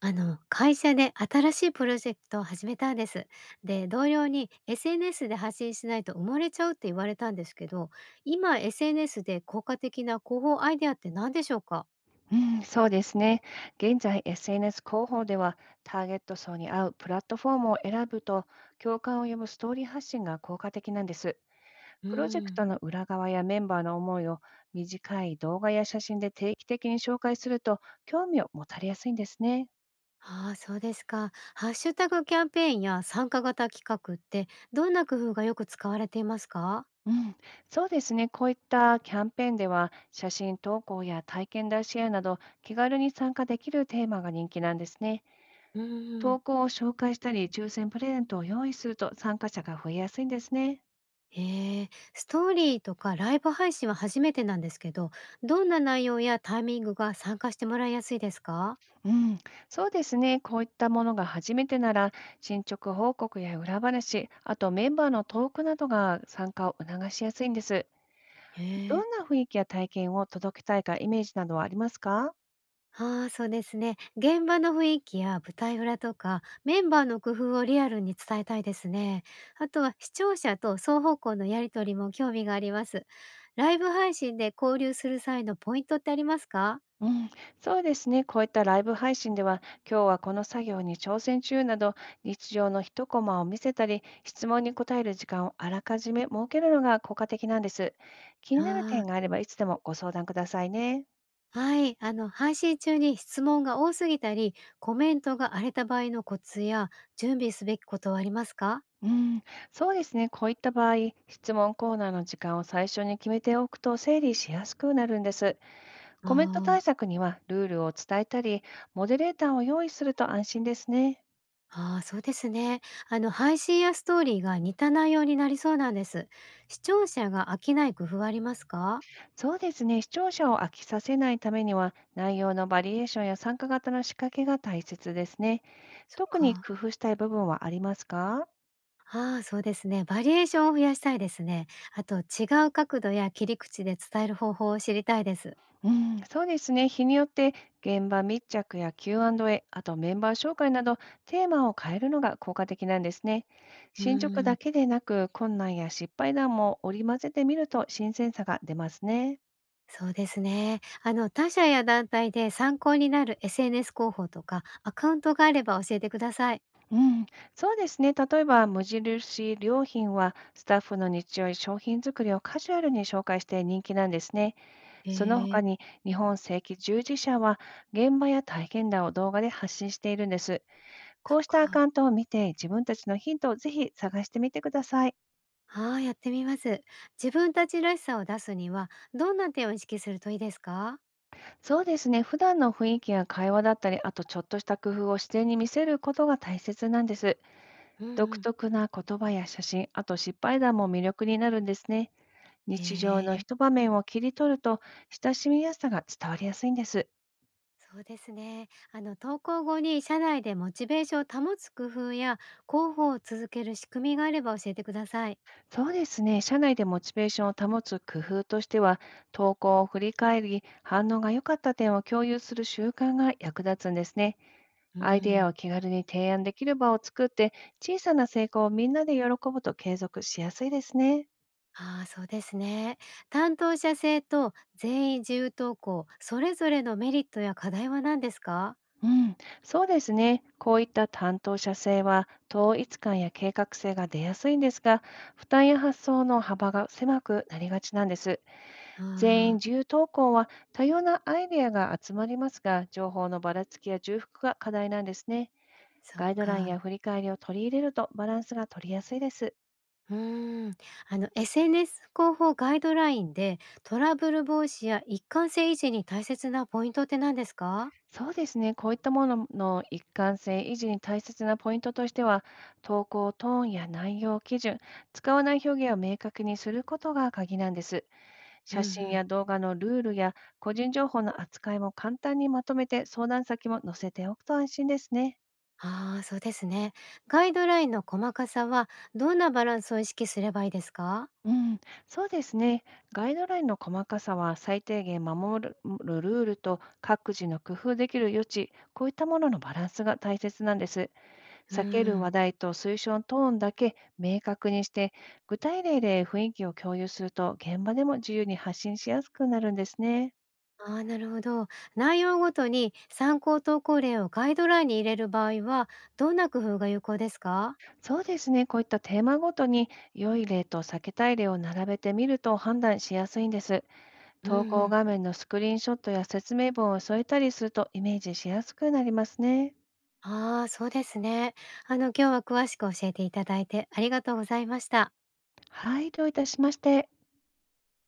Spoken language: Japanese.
会社で新しいプロジェクトを始めたんです。で、同僚に SNS で発信しないと埋もれちゃうって言われたんですけど、今 SNS で効果的な広報アイデアって何でしょうか？うん、そうですね。現在、SNS 広報では、ターゲット層に合うプラットフォームを選ぶと、共感を呼ぶストーリー発信が効果的なんです。うプロジェクん、トの裏側やメンバーの思いを短い動画や写真で定期的に紹介すると、興味を持たれやすいんですね。ああ、そうですか。ハッシュタグキャンペーンや参加型企画ってどんな工夫がよく使われていますか？うん、そうですね。こういったキャンペーンでは、写真投稿や体験談シェアなど、気軽に参加できるテーマが人気なんですね。う投ん、稿を紹介したり、抽選プレゼントを用意すると参加者が増えやすいんですね。へえ、ストーリーとかライブ配信は初めてなんですけど、どんな内容やタイミングが参加してもらいやすいですか？うん、そうですね。こういったものが初めてなら、進捗報告や裏話、あとメンバーのトークなどが参加を促しやすいんです。へどえ。んな雰囲気や体験を届けたいかイメージなどはありますか？ああ、そうですね。現場の雰囲気や舞台裏とか、メンバーの工夫をリアルに伝えたいですね。あとは視聴者と双方向のやりとりも興味があります。ライブ配信で交流する際のポイントってありますか？うん、そうですね。こういったライブ配信では、今日はこの作業に挑戦中など、日常の一コマを見せたり、質問に答える時間をあらかじめ設けるのが効果的なんです。気になるああ、点があれば、いつでもご相談くださいね。はい。配信中に質問が多すぎたり、コメントが荒れた場合のコツや準備すべきことはありますか？うん、そうですね。こういった場合、質問コーナーの時間を最初に決めておくと整理しやすくなるんです。あコメント対あー。策にはルールを伝えたり、モデレーターを用意すると安心ですね。ああ、そうですね。配信やストーリーが似た内容になりそうなんです。視聴者が飽きない工夫はありますか？そうですね。視聴者を飽きさせないためには、内容のバリエーションや参加型の仕掛けが大切ですね。そっ特にか。工夫したい部分はありますか？ああ、そうですね。バリエーションを増やしたいですね。あと、違う角度や切り口で伝える方法を知りたいです。うん、そうですね。日によって現場密着や Q&A、あとメンバー紹介などテーマを変えるのが効果的なんですね。うー進捗ん、だけでなく、困難や失敗談も織り交ぜてみると新鮮さが出ますね。そうですね。他社や団体で参考になる SNS 広報とかアカウントがあれば教えてください。うん、そうですね。例えば、無印良品は、スタッフの日用や商品作りをカジュアルに紹介して人気なんですね。えその他ー、に、日本正規従事者は、現場や体験談を動画で発信しているんです。そっこうしたアか。カウントを見て、自分たちのヒントをぜひ探してみてください。ああ、やってみます。自分たちらしさを出すには、どんな点を意識するといいですか？そうですね。普段の雰囲気や会話だったり、あとちょっとした工夫を自然に見せることが大切なんです。うん独うん。特な言葉や写真、あと失敗談も魅力になるんですね。へ日常のえ。一場面を切り取ると、親しみやすさが伝わりやすいんです。そうですね。あの投稿後に社内でモチベーションを保つ工夫や広報を続ける仕組みがあれば教えてください。そうですね。社内でモチベーションを保つ工夫としては、投稿を振り返り、反応が良かった点を共有する習慣が役立つんですね。うアイデアん。を気軽に提案できる場を作って、小さな成功をみんなで喜ぶと継続しやすいですね。ああ、そうですね。担当者制と全員自由投稿、それぞれのメリットや課題は何ですか？うん、そうですね。こういった担当者性は統一感や計画性が出やすいんですが、負担や発想の幅が狭くなりがちなんです。全員ああ、自由投稿は多様なアイデアが集まりますが、情報のばらつきや重複が課題なんですね。そっガイドラインか。や振り返りを取り入れるとバランスが取りやすいです。うーん。SNS 広報ガイドラインでトラブル防止や一貫性維持に大切なポイントって何ですか？そうですね、こういったものの一貫性維持に大切なポイントとしては、投稿トーンや内容基準、使わない表現を明確にすることが鍵なんです。うん写う真ん。や動画のルールや個人情報の扱いも簡単にまとめて相談先も載せておくと安心ですね。ああ、そうですね。ガイドラインの細かさは、どんなバランスを意識すればいいですか？うん、そうですね。ガイドラインの細かさは最低限守るるルールと各自の工夫できる余地、こういったもののバランスが大切なんです。うー避けるん、話題と推奨トーンだけ明確にして、具体例で雰囲気を共有すると現場でも自由に発信しやすくなるんですね。ああ、なるほど。内容ごとに参考投稿例をガイドラインに入れる場合は、どんな工夫が有効ですか？そうですね。こういったテーマごとに良い例と避けたい例を並べてみると判断しやすいんです。う投んう稿ん。画面のスクリーンショットや説明文を添えたりするとイメージしやすくなりますね。ああー、そうですね。今日は詳しく教えていただいてありがとうございました。はい、どういたしまして。